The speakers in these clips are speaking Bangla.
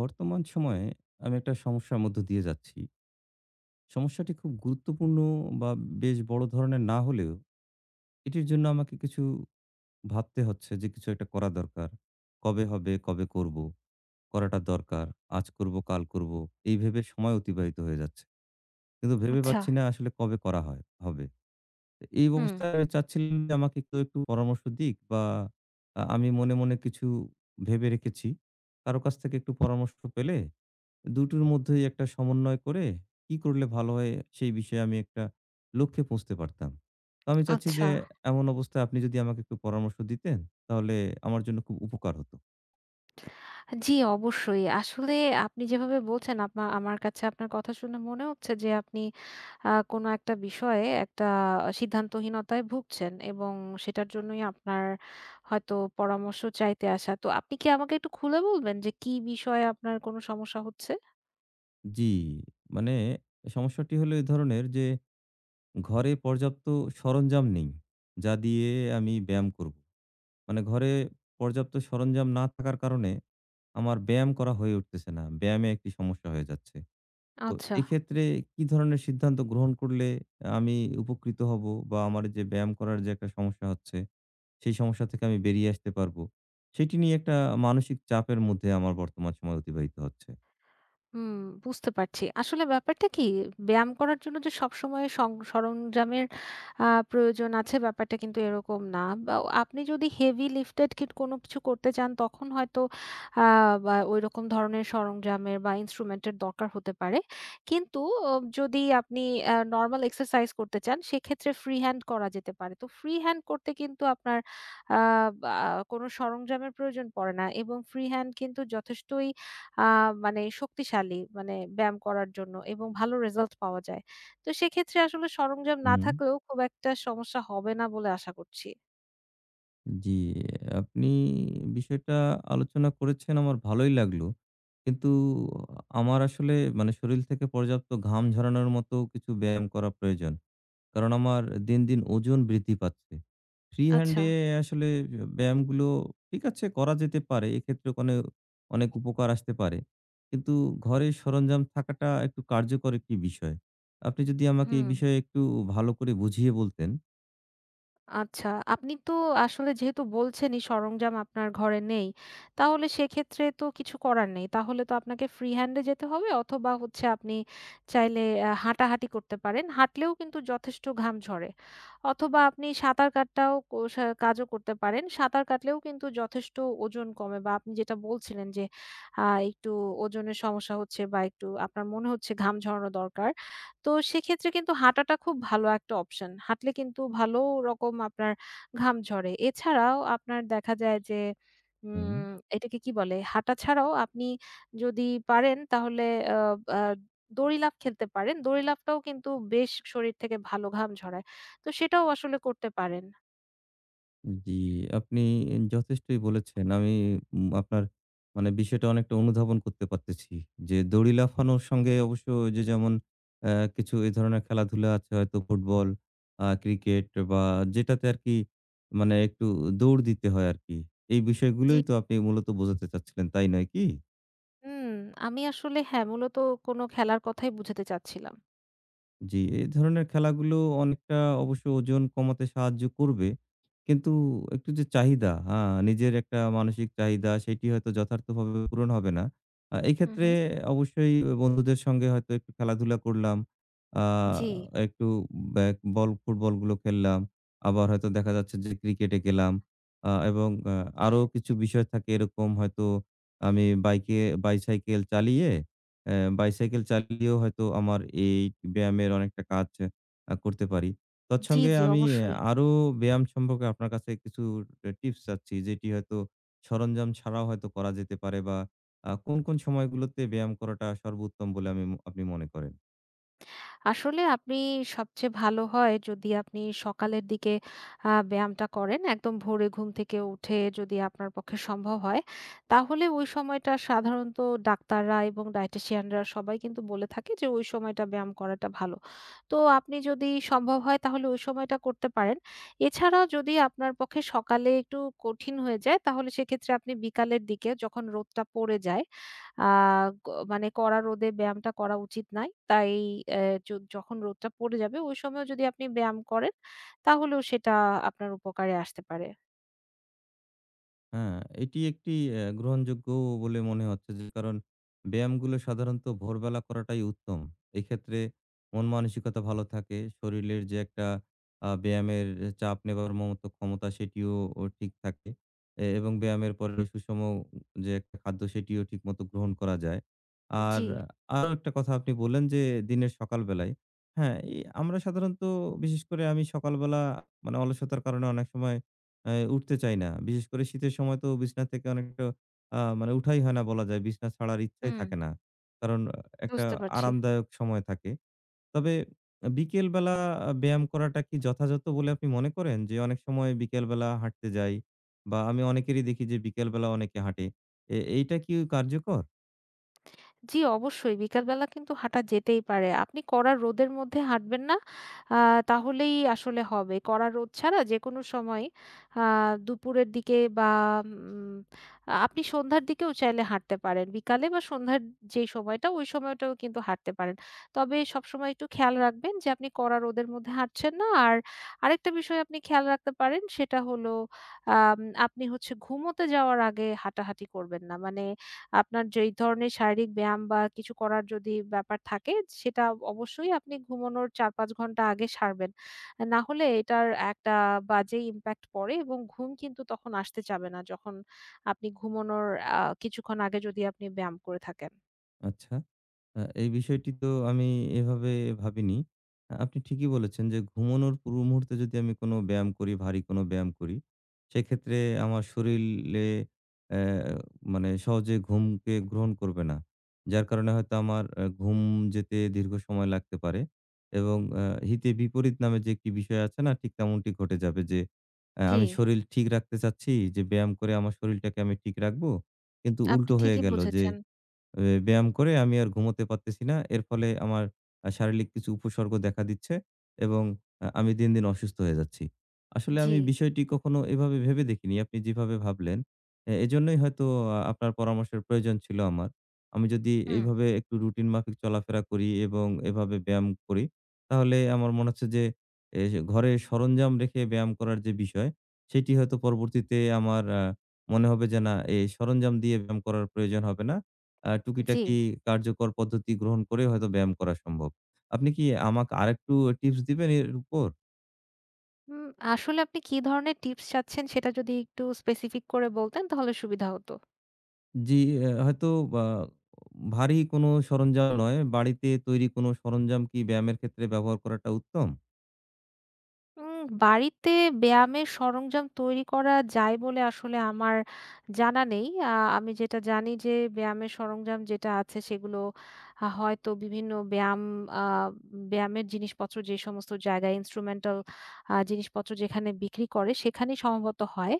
বর্তমান সময়ে আমি একটা সমস্যার মধ্য দিয়ে যাচ্ছি। সমস্যাটি খুব গুরুত্বপূর্ণ বা বেশ বড় ধরনের না হলেও এটির জন্য আমাকে কিছু ভাবতে হচ্ছে যে কিছু একটা করা দরকার। কবে হবে, কবে করব? করাটা দরকার। আজ করব, কাল করব। এই ভেবে সময় অতিবাহিত হয়ে যাচ্ছে। কিন্তু ভেবে আচ্ছা। পাচ্ছি না আসলে কবে করা হয় হবে। তো এই হুম, অবস্থায় আমি চাচ্ছিলাম যে আমাকে কেউ একটু পরামর্শ দিক বা আমি মনে কিছু ভেবে রেখেছি। কারো কাছ থেকে একটু পরামর্শ পেলে দুটোর মধ্যেই একটা সমন্বয় করে কি করলে ভালো হয় সেই বিষয়ে আমি একটা লক্ষ্যে পৌঁছতে পারতাম। তো আমি চাচ্ছি আচ্ছা। যে এমন অবস্থায় আপনি যদি আমাকে একটু পরামর্শ দিতেন তাহলে আমার জন্য খুব উপকার হতো। জি, অবশ্যই। আসলে আপনি যেভাবে বলছেন আমার কাছে আপনার কথা শুনে মনে হচ্ছে যে আপনি কোনো একটা বিষয়ে একটা সিদ্ধান্তহীনতায় ভুগছেন এবং সেটার জন্যই আপনার হয়তো পরামর্শ চাইতে আসা। তো আপনি কি আমাকে একটু খুলে বলবেন যে কি বিষয়ে আপনার কোনো সমস্যা হচ্ছে? জি, মানে সমস্যাটি হলো এ ধরনের যে ঘরে পর্যাপ্ত সরঞ্জাম নেই, যা দিয়ে আমি ব্যায়াম করব। মানে ঘরে পর্যাপ্ত সরঞ্জাম না থাকার কারণে আমার ব্যায়াম করা হয়ে উঠতেছে না। ব্যায়ামে একটি সমস্যা হয়ে যাচ্ছে। তো আচ্ছা। এক্ষেত্রে কি ধরনের সিদ্ধান্ত গ্রহণ করলে আমি উপকৃত হব বা আমার যে ব্যায়াম করার যে একটা সমস্যা হচ্ছে, সেই সমস্যা থেকে আমি বেরিয়ে আসতে পারবো? সেটি নিয়ে একটা মানসিক চাপের মধ্যে আমার বর্তমান সময় অতিবাহিত হচ্ছে। হুম, বুঝতে পারছি। আসলে ব্যাপারটা কি, ব্যায়াম করার জন্য যে সবসময় সরঞ্জামের আ প্রয়োজন আছে ব্যাপারটা কিন্তু এরকম না। বা আপনি যদি হেভি লিফটেড কিট কোনো কিছু করতে চান তখন হয়তো আ বা ঐরকম ধরনের সরঞ্জামের বা ইন্সট্রুমেন্টের দরকার হতে পারে। কিন্তু অ যদি আপনি নরমাল এক্সারসাইজ করতে চান সেক্ষেত্রে ফ্রি হ্যান্ড করা যেতে পারে। তো ফ্রি হ্যান্ড করতে কিন্তু আপনার আ বা কোনো সরঞ্জামের প্রয়োজন পড়ে না এবং ফ্রি হ্যান্ড কিন্তু যথেষ্টই আ মানে শক্তিশালী, মানে ব্যায়াম করার জন্য, এবং ভালো রেজাল্ট পাওয়া যায়। তো সেক্ষেত্রে আসলে সরঞ্জাম না হুম। থাকলেও খুব একটা সমস্যা হবে না বলে আশা করছি। জি, আপনি বিষয়টা আলোচনা করেছেন আমার ভালোই লাগলো। কিন্তু আমার আসলে মানে শরীর থেকে পর্যাপ্ত ঘাম ঝরানোর মতো কিছু ব্যায়াম করা প্রয়োজন। কারণ আমার দিন দিন ওজন বৃদ্ধি পাচ্ছে। ফ্রি আচ্ছা। হ্যান্ডে আসলে ব্যায়ামগুলো ঠিক আছে করা যেতে পারে। এক্ষেত্রে ওখানে অনেক উপকার আসতে পারে। কিন্তু ঘরে সরঞ্জাম থাকাটা একটু কার্যকর একটি বিষয়। আপনি যদি আমাকে হু। এই বিষয়ে একটু ভালো করে বুঝিয়ে বলতেন। আচ্ছা, আপনি তো আসলে যেহেতু বলছেনই সরঞ্জাম আপনার ঘরে নেই, তাহলে সেক্ষেত্রে তো কিছু করার নেই। তাহলে তো আপনাকে ফ্রি হ্যান্ডে যেতে হবে, অথবা হচ্ছে আপনি চাইলে হাঁটাহাঁটি করতে পারেন। হাঁটলেও কিন্তু যথেষ্ট ঘাম ঝরে। অথবা আপনি সাঁতার কাটটাও কোষা কাজও করতে পারেন। সাঁতার কাটলেও কিন্তু যথেষ্ট ওজন কমে, বা আপনি যেটা বলছিলেন যে একটু ওজনের সমস্যা হচ্ছে, বা একটু আপনার মনে হচ্ছে ঘাম ঝরানো দরকার। তো সেক্ষেত্রে কিন্তু হাঁটাটা খুব ভালো একটা অপশন। হাঁটলে কিন্তু ভালো রকম আপনার ঘাম ঝরে। এছাড়াও আপনার দেখা যায় যে হুম। উম এটাকে কি বলে? হাঁটা ছাড়াও আপনি যদি পারেন তাহলে আ আ দড়ি লাফ খেলতে পারেন। দড়ি লাফটাও কিন্তু বেশ শরীর থেকে ভালো ঘাম ঝরায়। তো সেটাও আসলে করতে পারেন। জি, আপনি যথেষ্টই বলেছেন। আমি আপনার মানে বিষয়টা অনেকটা অনুধাবন করতে পারতেছি। যে দড়ি লাফানোর সঙ্গে অবশ্য যে যেমন কিছু এ ধরনের খেলাধুলা আছে হয়তো ফুটবল, ক্রিকেট বা যেটাতে আরকি মানে একটু দৌড় দিতে হয় আরকি। এই জি। বিষয়গুলোই তো আপনি মূলত বোঝাতে চাচ্ছিলেন, তাই নয় কি? হুম, আমি আসলে হ্যাঁ, মূলত কোনো খেলার কথাই বুঝাতে চাচ্ছিলাম। জি, এই ধরনের খেলাগুলো অনেকটা অবশ্য ওজন কমাতে সাহায্য করবে। কিন্তু একটু যে চাহিদা, নিজের একটা মানসিক চাহিদা সেটি হয়তো যথার্থভাবে পূরণ হবে না। এই হু, ক্ষেত্রে হু। অবশ্যই বন্ধুদের সঙ্গে হয়তো একটু খেলাধুলা করলাম। আ জি, একটু ব্যা বল ফুটবলগুলো খেললাম। আবার হয়তো দেখা যাচ্ছে যে ক্রিকেটে গেলাম। এবং আরো কিছু বিষয় থাকে এরকম হয়তো আমি বাইসাইকেল চালিয়ে বাইসাইকেল চালিয়েও হয়তো আমার এই ব্যায়ামের অনেকটা কাজ করতে পারি। জি, তৎসঙ্গে জি, আমি অবশ্যই। আরো ব্যায়াম সম্পর্কে আপনার কাছে কিছু টিপস চাচ্ছি, যেটি হয়তো সরঞ্জাম ছাড়াও হয়তো করা যেতে পারে বা কোন সময়গুলোতে ব্যায়াম করাটা সর্বোত্তম বলে আমি আপনি মনে করেন? আসলে আপনি সবচেয়ে ভালো হয় যদি আপনি সকালের দিকে ব্যায়ামটা করেন। একদম ভোরে ঘুম থেকে উঠে যদি আপনার পক্ষে সম্ভব হয়, তাহলে ওই সময়টা সাধারণত ডাক্তাররা এবং ডায়েটিশিয়ানরা সবাই কিন্তু বলে থাকে যে ওই সময়টা ব্যায়াম করাটা ভালো। তো আপনি যদি সম্ভব হয় তাহলে ওই সময়টা করতে পারেন। এছাড়াও যদি আপনার পক্ষে সকালে একটু কঠিন হয়ে যায় তাহলে সেক্ষেত্রে আপনি বিকালের দিকে যখন রোদটা পড়ে যায়, আ গ মানে কড়া রোদে ব্যায়ামটা করা উচিত নয়। তাই য যখন রোদটা পড়ে যাবে ওই সময়ও যদি আপনি ব্যায়াম করেন তাহলেও সেটা আপনার উপকারে আসতে পারে। হ্যাঁ, এটি একটি গ্রহণযোগ্য বলে মনে হচ্ছে যে কারণ ব্যায়ামগুলো সাধারণত ভোরবেলা করাটাই উত্তম। এক্ষেত্রে মন মানসিকতা ভালো থাকে। শরীরের যে একটা ব্যায়ামের চাপ নেবার মতো ক্ষমতা সেটিও ঠিক থাকে। এবং ব্যায়ামের পরে সুষম যে একটা খাদ্য সেটিও ঠিকমতো গ্রহণ করা যায়। আর জি। আরো একটা কথা আপনি বললেন যে দিনের সকাল বেলায়। হ্যাঁ, আমরা সাধারণত বিশেষ করে আমি সকালবেলা মানে অলসতার কারণে অনেক সময় উঠতে চাই না। বিশেষ করে শীতের সময় তো বিছানা থেকে অনেকটা মানে উঠাই হয় না বলা যায়। বিছানা ছাড়ার ইচ্ছাই হুম। থাকে না। কারণ একটা বুঝতে পারছি। আরামদায়ক সময় থাকে। তবে বিকেলবেলা ব্যায়াম করাটা কি যথাযথ বলে আপনি মনে করেন? যে অনেক সময় বিকেলবেলা হাঁটতে যাই বা আমি অনেকেরই দেখি যে বিকেলবেলা অনেকে হাঁটে। এইটা কি কার্যকর? জি, অবশ্যই। বিকালবেলা কিন্তু হাঁটা যেতেই পারে। আপনি কড়া রোদের মধ্যে হাঁটবেন না। আ তাহলেই আসলে হবে। কড়া রোদ ছাড়া যেকোনো সময়, আ দুপুরের দিকে বা উম আপনি সন্ধ্যার দিকেও চাইলে হাঁটতে পারেন। বিকালে বা সন্ধ্যার যেই সময়টা, ওই সময়টাও কিন্তু হাঁটতে পারেন। তবে সবসময় একটু খেয়াল রাখবেন যে আপনি কড়া রোদের মধ্যে হাঁটছেন না। আর আরেকটা বিষয় আপনি খেয়াল রাখতে পারেন সেটা হলো, আম আপনি হচ্ছে ঘুমোতে যাওয়ার আগে হাঁটাহাঁটি করবেন না। মানে আপনার যে এই ধরনের শারীরিক ব্যায়াম বা কিছু করার যদি ব্যাপার থাকে, সেটা অবশ্যই আপনি ঘুমানোর ৪-৫ ঘন্টা আগে সারবেন। না হলে এটার একটা বাজে ইমপ্যাক্ট পড়ে এবং ঘুম কিন্তু তখন আসতে চাবে না, যখন আপনি ঘুমানোর কিছুক্ষণ আগে যদি আপনি ব্যায়াম করে থাকেন। আচ্ছা। এই বিষয়টি তো আমি এভাবে ভাবিনি। আপনি ঠিকই বলেছেন যে ঘুমানোর পূর্ব মুহূর্তে যদি আমি কোনো ব্যায়াম করি, ভারী কোনো ব্যায়াম করি, সেক্ষেত্রে আমার শরীলে অ্যা মানে সহজে ঘুমকে গ্রহণ করবে না। যার কারণে হয়তো আমার ঘুম যেতে দীর্ঘ সময় লাগতে পারে এবং হিতে বিপরীত নামে যে একটি বিষয় আছে না? ঠিক তেমনটি ঘটে যাবে যে জি, আমি শরীল ঠিক রাখতে চাচ্ছি যে ব্যায়াম করে আমার শরীলটাকে আমি ঠিক রাখবো। কিন্তু আপনি উল্টো হয়ে ঠিকই গেল যে বুঝেছেন। ব্যায়াম করে আমি আর ঘুমোতে পারতেছি না। এর ফলে আমার শারীরিক কিছু উপসর্গ দেখা দিচ্ছে এবং আমি দিন দিন অসুস্থ হয়ে যাচ্ছি। আসলে জি, আমি বিষয়টি কখনো এভাবে ভেবে দেখিনি। আপনি যেভাবে ভাবলেন, এজন্যই হয়তো আপনার পরামর্শের প্রয়োজন ছিল আমার। আমি যদি হুম, এইভাবে একটু রুটিন মাফিক চলাফেরা করি এবং এভাবে ব্যায়াম করি, তাহলে আমার মনে হচ্ছে যে এ ঘরে সরঞ্জাম রেখে ব্যায়াম করার যে বিষয়, সেটি হয়তো পরবর্তীতে আমার মনে হবে যে না, এই সরঞ্জাম দিয়ে ব্যায়াম করার প্রয়োজন হবে না। জি। টুকিটাকি কার্যকর পদ্ধতি গ্রহণ করে হয়তো ব্যায়াম করা সম্ভব। আপনি কি আমাকে আরেকটু টিপস দিবেন এর উপর? উম আসলে আপনি কি ধরনের টিপস চাচ্ছেন সেটা যদি একটু স্পেসিফিক করে বলতেন তাহলে সুবিধা হতো। জি, হয়তো বা ভারী কোনো সরঞ্জাম নয়, বাড়িতে তৈরি কোনো সরঞ্জাম কি ব্যায়ামের ক্ষেত্রে ব্যবহার করাটা উত্তম? বাড়িতে ব্যায়ামের সরঞ্জাম তৈরি করা যায় বলে আসলে আমার জানা নেই। আমি যেটা জানি যে ব্যায়ামের সরঞ্জাম যেটা আছে সেগুলো হয়তো বিভিন্ন ব্যায়াম আ ব্যায়ামের জিনিসপত্র যে সমস্ত জায়গায় ইন্সট্রুমেন্টাল জিনিসপত্র যেখানে বিক্রি করে সেখানেই সম্ভবত হয়।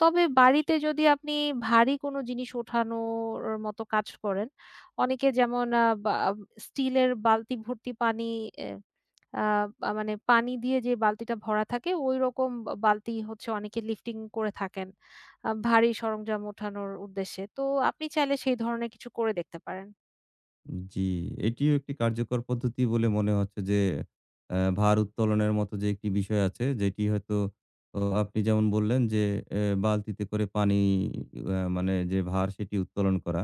তবে বাড়িতে যদি আপনি ভারী কোনো জিনিস ওঠানোর মতো কাজ করেন, অনেকে যেমন বা স্টিলের বালতি ভর্তি পানি, এ আ বা মানে পানি দিয়ে যে বালতিটা ভরা থাকে ঐরকম, বা বালতি হচ্ছে অনেকে লিফটিং করে থাকেন, ভারী সরঞ্জাম ওঠানোর উদ্দেশ্যে। তো আপনি চাইলে সেই ধরনের কিছু করে দেখতে পারেন। জি, এটিও একটি কার্যকর পদ্ধতি বলে মনে হচ্ছে যে ভার উত্তোলনের মতো যে একটি বিষয় আছে যেটি হয়তো আপনি যেমন বললেন যে বালতিতে করে পানি মানে যে ভার সেটি উত্তোলন করা।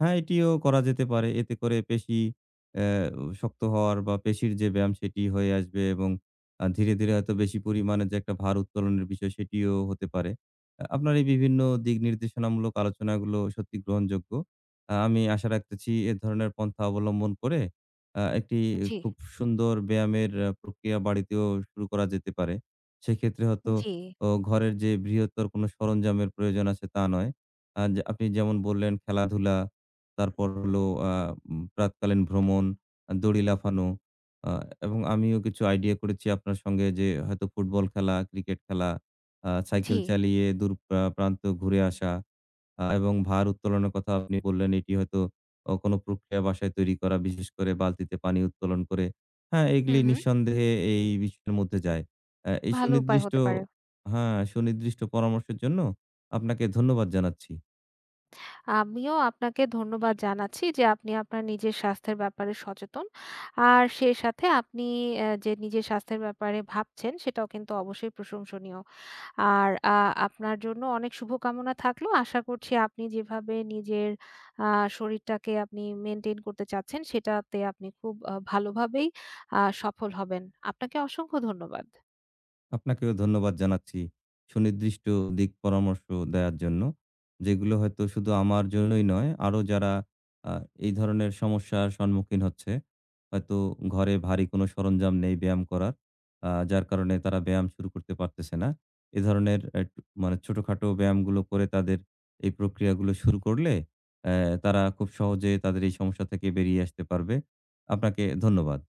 হ্যাঁ, এটিও করা যেতে পারে। এতে করে পেশি অ্যা শক্ত হওয়ার বা পেশির যে ব্যায়াম সেটি হয়ে আসবে এবং ধীরে ধীরে হয়তো বেশি পরিমাণে যে একটা ভার উত্তোলনের বিষয় সেটিও হতে পারে। আপনার এই বিভিন্ন দিক নির্দেশনামূলক আলোচনাগুলো সত্যি গ্রহণযোগ্য। আমি আশা রাখতেছি এ ধরনের পন্থা অবলম্বন করে একটি জি, খুব সুন্দর ব্যায়ামের প্রক্রিয়া বাড়িতেও শুরু করা যেতে পারে। সেক্ষেত্রে হয়তো জি, ঘরের যে বৃহত্তর কোনো সরঞ্জামের প্রয়োজন আছে তা নয়। যে আপনি যেমন বললেন খেলাধুলা, তারপর হলো আ উম প্রাতকালীন ভ্রমণ, দড়ি লাফানো আ এবং আমিও কিছু আইডিয়া করেছি আপনার সঙ্গে যে হয়তো ফুটবল খেলা, ক্রিকেট খেলা, জি। সাইকেল চালিয়ে দূর প্রান্ত ঘুরে আসা। এবং ভার উত্তোলনের কথা আপনি বললেন, এটি হয়তো কোনো প্রক্রিয়া বাসায় তৈরি করা, বিশেষ করে বালতিতে পানি উত্তোলন করে। হ্যাঁ, এগুলি হুম, হুম। নিঃসন্দেহে এই বিষয়ের মধ্যে যায়। আ এই ভালো উপায় সুনির্দিষ্ট হতে পারে। হ্যাঁ, সুনির্দিষ্ট পরামর্শের জন্য আপনাকে ধন্যবাদ জানাচ্ছি। আমিও আপনাকে ধন্যবাদ জানাচ্ছি যে আপনি আপনার নিজের স্বাস্থ্যের ব্যাপারে সচেতন। আর সেই সাথে আপনি যে নিজের স্বাস্থ্যের ব্যাপারে ভাবছেন সেটাও কিন্তু অবশ্যই প্রশংসনীয়। আর আপনার জন্য অনেক শুভকামনা থাকলো। আশা করছি আপনি যেভাবে নিজের আ শরীরটাকে আপনি মেইনটেইন করতে চাচ্ছেন, সেটাতে আপনি খুব ভালোভাবেই সফল হবেন। আপনাকে অসংখ্য ধন্যবাদ। আপনাকেও ধন্যবাদ জানাচ্ছি। সুনির্দিষ্ট দিক পরামর্শ দেয়ার জন্য। যেগুলো হয়তো শুধু আমার জন্যই নয়, আরো যারা আ এই ধরনের সমস্যার সম্মুখীন হচ্ছে, হয়তো ঘরে ভারী কোনো সরঞ্জাম নেই ব্যায়াম করার। যার কারণে তারা ব্যায়াম শুরু করতে পারতেছে না। এ ধরনের একটু মানে ছোটখাটো ব্যায়ামগুলো করে তাদের এই প্রক্রিয়াগুলো শুরু করলে অ্যা তারা খুব সহজে তাদের এই সমস্যা থেকে বেরিয়ে আসতে পারবে। আপনাকে ধন্যবাদ।